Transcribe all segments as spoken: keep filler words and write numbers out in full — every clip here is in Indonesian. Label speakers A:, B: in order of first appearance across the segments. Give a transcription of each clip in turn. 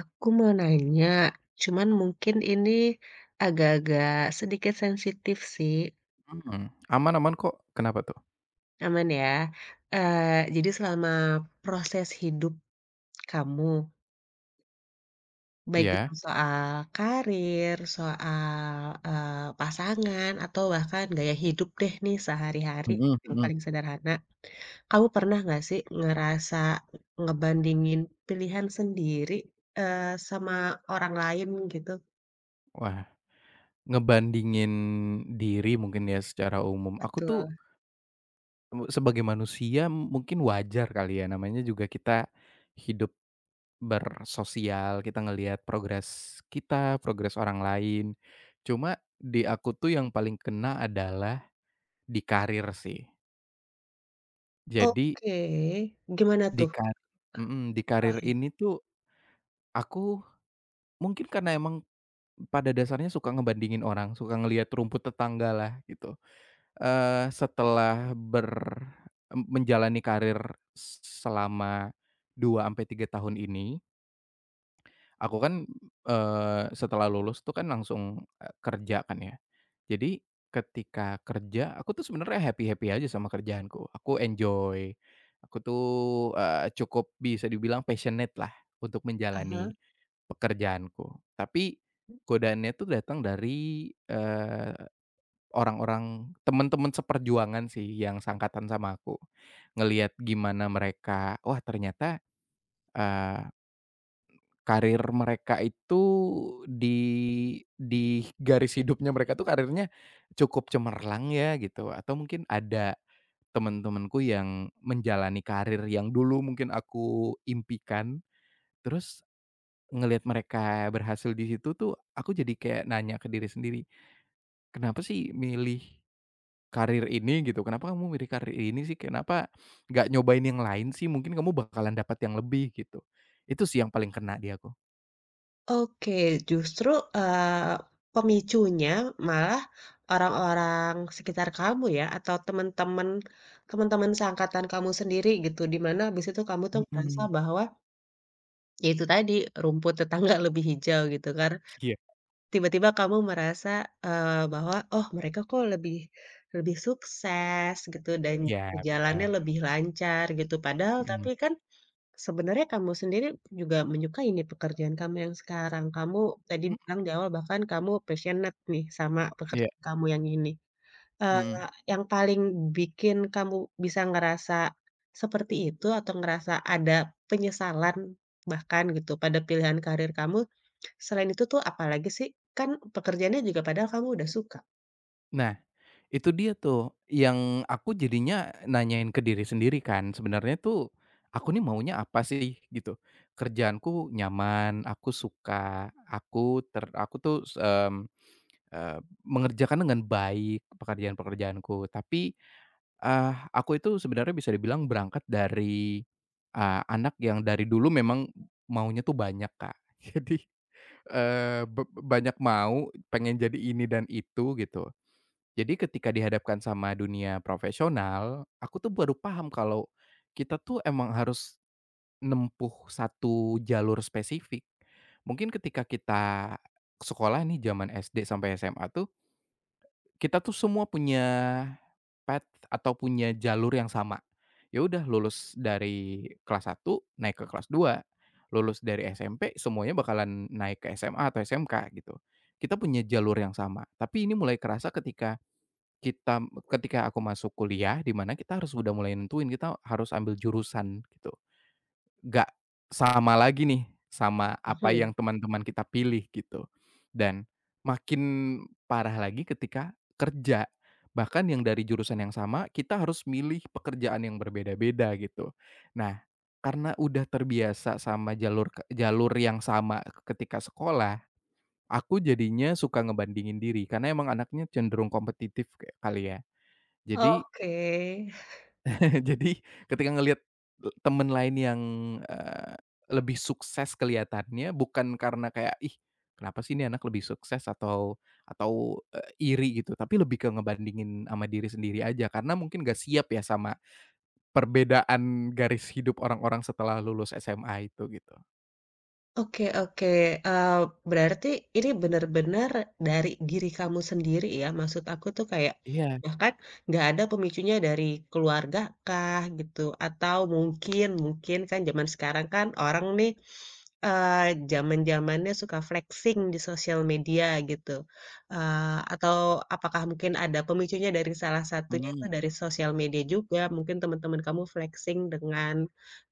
A: Aku mau nanya, cuman mungkin ini agak-agak sedikit sensitif sih,
B: Mhm, aman aman kok. Kenapa tuh?
A: aman ya? Eee, jadi selama proses hidup kamu, baik itu
B: Iya?
A: soal karir, soal, eee, pasangan, atau bahkan gaya hidup deh nih sehari-hari
B: Mhm
A: yang
B: mhm.
A: paling sederhana, kamu pernah nggak sih ngerasa ngebandingin pilihan sendiri, eee, sama orang lain gitu?
B: Wah, ngebandingin diri mungkin ya secara umum. Aku tuh,
A: Betul.
B: eee, sebagai manusia mungkin wajar kali ya, namanya juga kita hidup bersosial, kita ngelihat progres kita, progres orang lain. Cuma di aku tuh yang paling kena adalah di karir sih. Jadi
A: Oke, gimana
B: di
A: tuh?
B: kar mhm, di karir ini tuh aku mungkin karena emang pada dasarnya suka ngebandingin orang, suka ngelihat rumput tetangga lah gitu. Eee, setelah ber m menjalani karir selama dua sampai tiga tahun ini, aku kan, eee, setelah lulus tuh kan langsung, eee, kerja kan ya. Jadi, ketika kerja, aku tuh sebenarnya happy-happy aja sama kerjaanku. Aku enjoy, aku tuh, eee, cukup bisa dibilang passionate lah untuk
A: Ah.
B: menjalani pekerjaanku. Tapi, godaannya tuh datang dari, eee, orang-orang teman-teman seperjuangan sih yang sangkatan sama aku. Ngelihat gimana mereka, wah ternyata, karir mereka itu di di garis hidupnya mereka tuh karirnya cukup cemerlang ya gitu, atau mungkin ada teman-temanku yang menjalani karir yang dulu mungkin aku impikan, terus ngelihat mereka berhasil di situ tuh aku jadi kayak nanya ke diri sendiri, "Kenapa sih milih karir ini?" Gitu, "Kenapa kamu milih karir ini sih? Kenapa nggak nyobain yang lain sih? Mungkin kamu bakalan dapat yang lebih," gitu. Itu sih yang paling kena di aku.
A: Oke, justru, eee, pemicunya malah orang-orang sekitar kamu ya atau teman-teman teman-teman seangkatan kamu sendiri gitu, di mana habis itu kamu tuh merasa
B: Mhm.
A: bahwa, ya itu tadi, rumput tetangga lebih hijau gitu kan.
B: Iya.
A: Tiba-tiba kamu merasa, eee, bahwa, "Oh, mereka kok lebih lebih sukses," gitu, "dan
B: Iya
A: jalannya
B: benar,
A: lebih lancar," gitu. Padahal
B: mhm,
A: tapi kan sebenarnya kamu sendiri juga menyukai nih pekerjaan kamu yang sekarang. Kamu tadi
B: mhm,
A: bilang di awal bahkan kamu passionate nih sama
B: iya,
A: pekerjaan kamu yang ini.
B: mhm.
A: Eee, yang paling bikin kamu bisa ngerasa seperti itu atau ngerasa ada penyesalan bahkan gitu pada pilihan karir kamu, selain itu tuh apalagi sih? Kan pekerjaannya juga padahal kamu udah suka.
B: Nah, itu dia tuh yang aku jadinya nanyain ke diri sendiri kan, sebenarnya tuh aku nih maunya apa sih gitu. Kerjaanku nyaman, aku suka, aku ter aku tuh, mmm, eee, mengerjakan dengan baik pekerjaan-pekerjaanku, tapi, eee, aku itu sebenarnya bisa dibilang berangkat dari, eee, anak yang dari dulu memang maunya tuh banyak Kak, jadi Eee, be banyak mau, pengen jadi ini dan itu gitu. Jadi ketika dihadapkan sama dunia profesional, aku tuh baru paham kalau kita tuh emang harus nempuh satu jalur spesifik. Mungkin ketika kita sekolah nih zaman S D sampai S M A tuh, kita tuh semua punya path atau punya jalur yang sama. Ya udah lulus dari kelas satu naik ke kelas dua, lulus dari S M P semuanya bakalan naik ke S M A atau S M K gitu. Kita punya jalur yang sama, tapi ini mulai kerasa ketika kita ketika aku masuk kuliah di mana kita harus udah mulai nentuin kita harus ambil jurusan gitu. Nggak sama lagi nih, sama apa
A: Mhm.
B: yang teman-teman kita pilih gitu. Dan makin parah lagi ketika kerja, bahkan yang dari jurusan yang sama kita harus milih pekerjaan yang berbeda-beda gitu. Nah, karena udah terbiasa sama jalur ke jalur yang sama ketika sekolah, aku jadinya suka ngebandingin diri karena emang anaknya cenderung kompetitif kayak kali ya. Jadi
A: Oke.
B: Jadi ketika ngelihat e temen lain yang, eee, lebih sukses kelihatannya bukan karena kayak, "Ih, kenapa sih ini anak lebih sukses?" Atau atau, eee, iri gitu, tapi lebih ke ngebandingin sama diri sendiri aja karena mungkin gak siap ya sama perbedaan garis hidup orang-orang setelah lulus S M A itu gitu.
A: Oke oke, eee, berarti ini benar-benar dari diri kamu sendiri ya? Maksud aku tuh kayak,
B: Iya,
A: bahkan nggak ada pemicunya dari keluarga kah gitu? Atau mungkin mungkin kan zaman sekarang kan orang nih, eee, zaman-zamannya suka flexing di sosial media gitu, eee, atau apakah mungkin ada pemicunya dari salah satunya itu
B: mhm,
A: dari sosial media juga? Mungkin teman-teman kamu flexing dengan,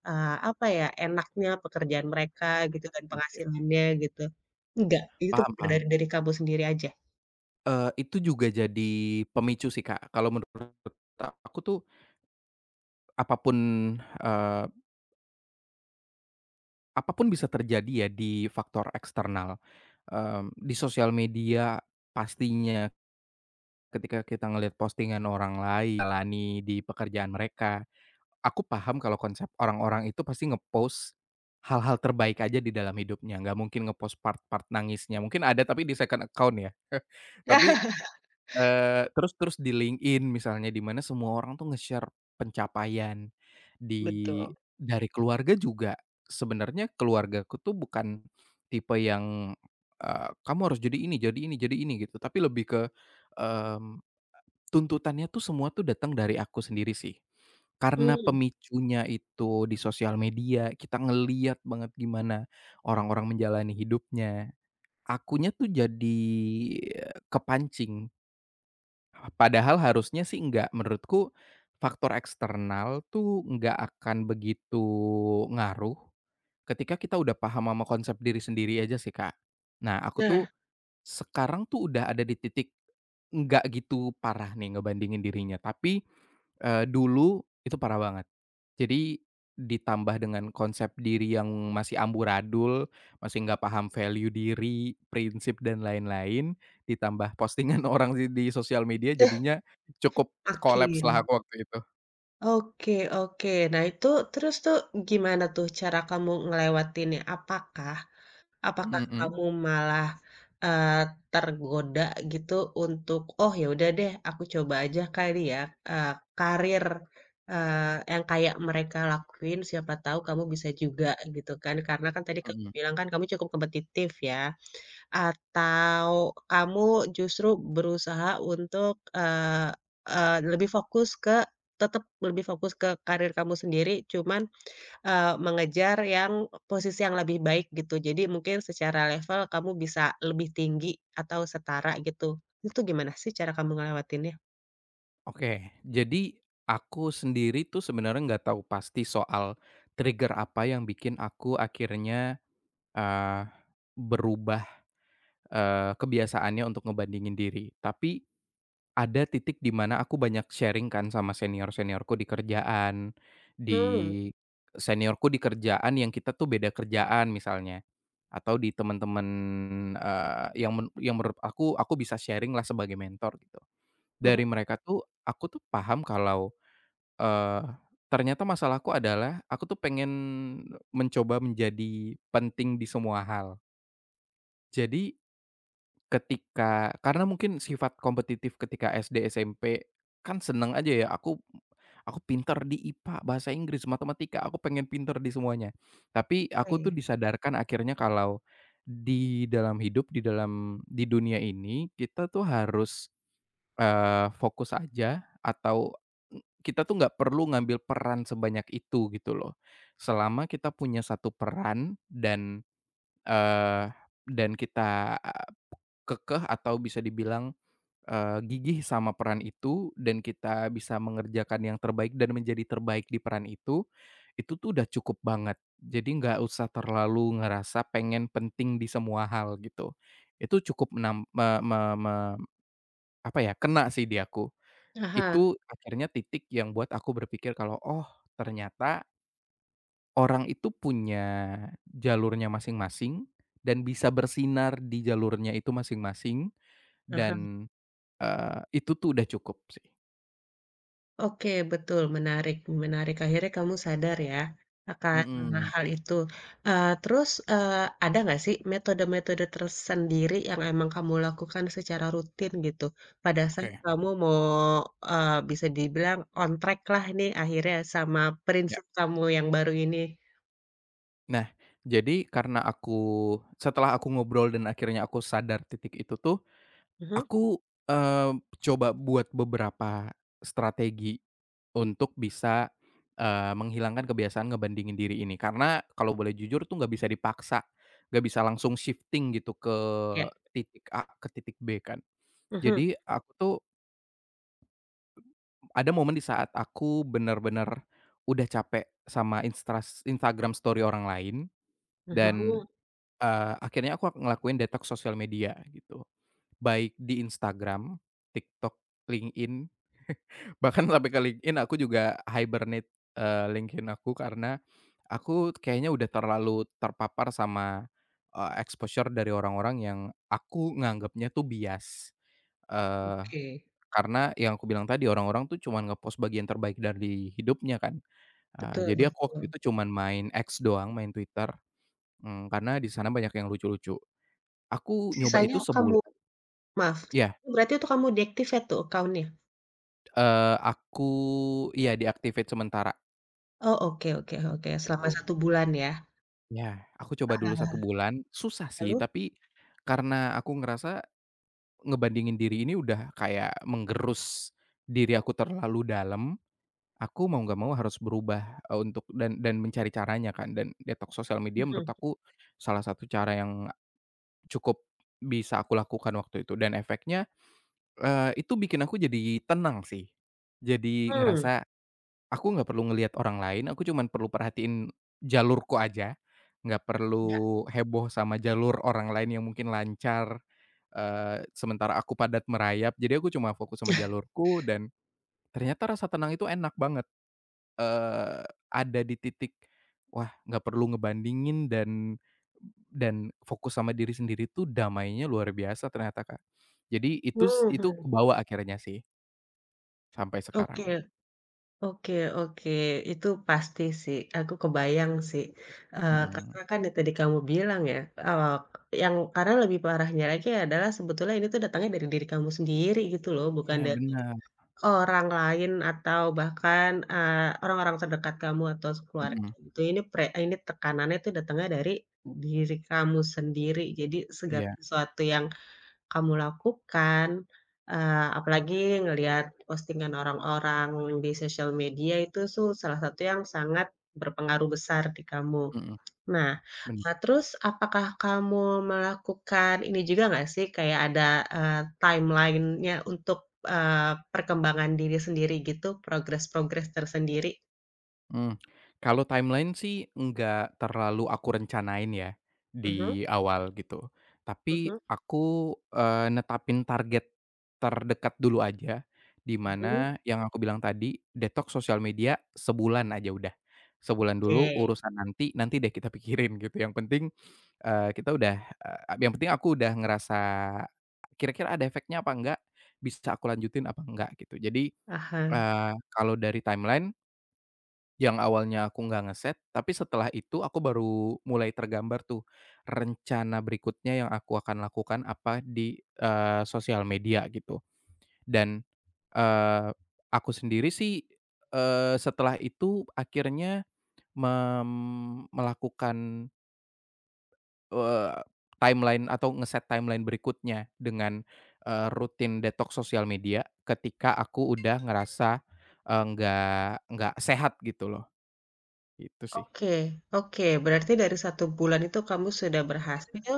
A: Eee, apa ya, enaknya pekerjaan mereka gitu dan
B: iya,
A: penghasilannya gitu. Enggak, itu tuh
B: paham paham.
A: dari dari kamu sendiri aja.
B: Eee, itu juga jadi pemicu sih Kak, kalau menurut aku tuh apapun, eh, apapun bisa terjadi ya di faktor eksternal, mmm, di sosial media pastinya ketika kita ngelihat postingan orang lain jalani di pekerjaan mereka. Aku paham kalau konsep orang-orang itu pasti ngepost hal-hal terbaik aja di dalam hidupnya, nggak mungkin ngepost part-part nangisnya. Mungkin ada tapi di second account ya. Tapi Eee, terus terus di LinkedIn misalnya di mana semua orang tuh nge-share pencapaian di
A: Betul.
B: dari keluarga juga. Sebenarnya keluargaku tuh bukan tipe yang, eee, "Kamu harus jadi ini jadi ini jadi ini," gitu, tapi lebih ke, mmm, tuntutannya tuh semua tuh datang dari aku sendiri sih. Karena
A: Mmm,
B: pemicunya itu di sosial media, kita ngelihat banget gimana orang-orang menjalani hidupnya, akunya tuh jadi, eee, kepancing. Padahal harusnya sih enggak, menurutku faktor eksternal tuh nggak akan begitu ngaruh ketika kita udah paham sama konsep diri sendiri aja sih, Kak. Nah, aku tuh
A: nah,
B: sekarang tuh udah ada di titik nggak gitu parah nih ngebandingin dirinya, tapi Eee, dulu itu parah banget. Jadi ditambah dengan konsep diri yang masih amburadul, masih nggak paham value diri, prinsip dan lain-lain, ditambah postingan orang di di sosial media jadinya cukup collapse lah
A: makin.
B: aku waktu itu.
A: Oke oke. Nah itu terus tuh gimana tuh cara kamu ngelewatinnya? Apakah apakah
B: Mhm
A: kamu malah, eee, tergoda gitu untuk, "Oh ya udah deh aku coba aja kali ya," eee, karir, eee, yang kayak mereka lakuin siapa tahu kamu bisa juga gitu kan. Karena kan tadi kamu
B: mhm.
A: bilang kan kamu cukup kompetitif ya, atau kamu justru berusaha untuk, eee eee, lebih fokus ke tetap lebih fokus ke karir kamu sendiri cuman, Eee, mengejar yang posisi yang lebih baik gitu. Jadi mungkin secara level kamu bisa lebih tinggi atau setara gitu. Itu gimana sih cara kamu ngelewatinnya?
B: Oke, jadi aku sendiri tuh sebenarnya nggak tahu pasti soal trigger apa yang bikin aku akhirnya, eee, berubah, eee, kebiasaannya untuk ngebandingin diri. Tapi ada titik di mana aku banyak sharing kan sama senior-seniorku di kerjaan, di
A: Mmm,
B: seniorku di kerjaan yang kita tuh beda kerjaan misalnya, atau di teman-teman, eee, yang men yang menurut aku, aku bisa sharing lah sebagai mentor gitu.
A: mhm,
B: Dari mereka tuh, aku tuh paham kalau, eee, ternyata masalahku adalah aku tuh pengen mencoba menjadi penting di semua hal. Jadi Ketika karena mungkin sifat kompetitif ketika S D, S M P kan seneng aja ya, aku aku pinter di I P A, bahasa Inggris, matematika, aku pengen pinter di semuanya. Tapi aku tuh
A: oke.
B: disadarkan akhirnya kalau di dalam hidup, di dalam di dunia ini kita tuh harus, eee, fokus aja atau kita tuh nggak perlu ngambil peran sebanyak itu gitu loh. Selama kita punya satu peran dan, eee, dan kita kekeh atau bisa dibilang, eee, gigih sama peran itu dan kita bisa mengerjakan yang terbaik dan menjadi terbaik di peran itu, itu tuh udah cukup banget. Jadi nggak usah terlalu ngerasa pengen penting di semua hal gitu. Itu cukup menam me me me apa ya, kena sih di aku.
A: Ah hah,
B: Itu akhirnya titik yang buat aku berpikir kalau, "Oh ternyata orang itu punya jalurnya masing-masing dan bisa bersinar di jalurnya itu masing-masing,"
A: ah.
B: dan Eee, itu tuh udah cukup sih.
A: Oke, betul, menarik menarik. Akhirnya kamu sadar ya akan
B: Mhm,
A: hal itu. Eee, terus, eee, ada nggak sih metode-metode tersendiri yang emang kamu lakukan secara rutin gitu, pada
B: oke.
A: saat kamu mau, eee, bisa dibilang on track lah nih akhirnya sama
B: Ya.
A: prinsip kamu yang baru ini?
B: Nah, jadi karena aku setelah aku ngobrol dan akhirnya aku sadar titik itu tuh,
A: Mhm,
B: aku, eee, coba buat beberapa strategi untuk bisa, eee, menghilangkan kebiasaan ngebandingin diri ini. Karena kalau boleh jujur tuh nggak bisa dipaksa, nggak bisa langsung shifting gitu ke
A: ya?
B: titik A ke titik B kan.
A: Mhm,
B: Jadi aku tuh ada momen di saat aku bener-bener udah capek sama instras Instagram story orang lain dan,
A: mhm,
B: eee, akhirnya aku ngelakuin detox sosial media gitu. Baik di Instagram, TikTok, LinkedIn, bahkan sampai ke LinkedIn aku juga hibernate, eee, LinkedIn aku karena aku kayaknya udah terlalu terpapar sama, eee, exposure dari orang-orang yang aku nganggapnya tuh bias, eh,
A: oke.
B: karena yang aku bilang tadi orang-orang tuh cuman nge-post bagian terbaik dari hidupnya kan, eee,
A: Betul
B: jadi aku waktu
A: betul.
B: itu cuman main X doang, main Twitter, mmm, karena di sana banyak yang lucu-lucu. Aku nyoba itu
A: Sisanya kamu,
B: sebulan
A: maaf,
B: iya,
A: berarti itu kamu deactivate tuh account.
B: eee, aku iya di sementara
A: Oh, oke oke oke, selama
B: gitu.
A: satu bulan ya?
B: Iya, aku coba dulu satu
A: Eee,
B: bulan, susah sih
A: lalu?
B: tapi karena aku ngerasa ngebandingin diri ini udah kayak menggerus diri aku terlalu dalam. Aku mau nggak mau harus berubah, eee, untuk dan dan mencari caranya kan dan detox sosial media menurut
A: Mhm,
B: aku salah satu cara yang cukup bisa aku lakukan waktu itu dan efeknya, eee, itu bikin aku jadi tenang sih. Jadi
A: mmm,
B: ngerasa aku nggak perlu ngelihat orang lain, aku cuman perlu perhatiin jalurku aja, nggak
A: iya.
B: perlu heboh sama jalur orang lain yang mungkin lancar, eee, sementara aku padat merayap. Jadi aku cuma fokus sama jalurku dan ternyata rasa tenang itu enak banget. Eee, ada di titik, wah nggak perlu ngebandingin dan dan fokus sama diri sendiri tuh damainya luar biasa ternyata, Kak. Jadi itu s itu
A: Mhm,
B: kebawa akhirnya sih sampai sekarang,
A: oke oke oke, itu pasti sih, aku kebayang sih, eee, mhm.
B: mhm.
A: Karena kan yang tadi kamu bilang ya, eee, yang karena lebih parahnya lagi adalah sebetulnya ini tuh datangnya dari diri kamu sendiri gitu loh, bukan
B: Iya
A: dari
B: bener,
A: orang lain atau bahkan, eee, orang-orang terdekat kamu atau sekeluarga
B: mhm,
A: gitu, ini pre ini tekanannya itu datangnya dari diri kamu sendiri. Jadi segala
B: iya,
A: sesuatu yang kamu lakukan, eee, apalagi ngelihat postingan orang-orang di sosial media itu su salah satu yang sangat berpengaruh besar di kamu.
B: mhm,
A: Nah,
B: bener.
A: eee, terus apakah kamu melakukan ini juga nggak sih, kayak ada, eee, timeline-nya untuk, eee, perkembangan diri sendiri gitu, progres-progres tersendiri?
B: Mmm, kalau timeline sih enggak terlalu aku rencanain ya,
A: Mhm
B: di awal gitu. Tapi
A: mhm
B: aku, eee, netapin target terdekat dulu aja, di
A: mhm.
B: mana yang aku bilang tadi, detoks sosial media sebulan aja udah. Sebulan dulu,
A: Oke,
B: urusan nanti, nanti deh kita pikirin gitu. Yang penting, eee, kita udah, eee, yang penting aku udah ngerasa kira-kira ada efeknya apa enggak, bisa aku lanjutin apa enggak gitu. Jadi,
A: aha.
B: eee, kalau dari timeline yang awalnya aku nggak ngeset, tapi setelah itu aku baru mulai tergambar tuh, rencana berikutnya yang aku akan lakukan apa di, eee, sosial media gitu. Dan, eee, aku sendiri sih, eee, setelah itu akhirnya mem melakukan, eee, timeline atau ngeset timeline berikutnya dengan, eee, rutin detox sosial media ketika aku udah ngerasa, eee, nggak nggak sehat gitu loh, itu sih.
A: Oke oke, berarti dari satu bulan itu kamu sudah berhasil,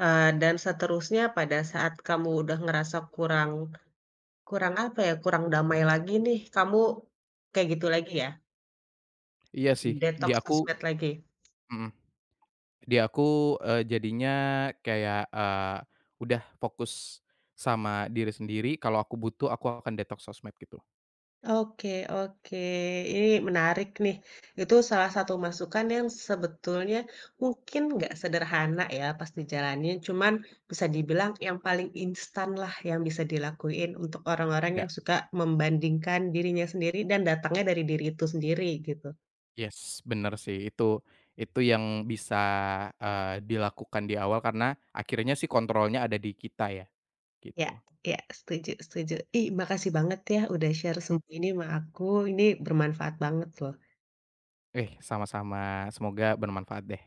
A: eee, dan seterusnya pada saat kamu udah ngerasa kurang kurang apa ya, kurang damai lagi nih, kamu kayak gitu lagi ya?
B: Iya sih, di
A: Detoks
B: aku
A: sosmed lagi?
B: mhm, di aku, eee, jadinya kayak, eee, udah fokus sama diri sendiri, kalau aku butuh aku akan detoks sosmed gitu.
A: Oke oke, ini menarik nih. Itu salah satu masukan yang sebetulnya mungkin nggak sederhana ya pas dijalanin, cuman bisa dibilang yang paling instan lah yang bisa dilakuin untuk orang-orang
B: Ya,
A: yang suka membandingkan dirinya sendiri dan datangnya dari diri itu sendiri gitu.
B: yes, bener sih itu itu yang bisa, eee, dilakukan di awal karena akhirnya sih kontrolnya ada di kita ya,
A: Ya
B: gitu.
A: ya, setuju setuju. Ih, makasih banget ya udah share
B: Mmm.
A: semua ini sama aku, ini bermanfaat banget loh.
B: Eh, sama-sama, semoga bermanfaat deh.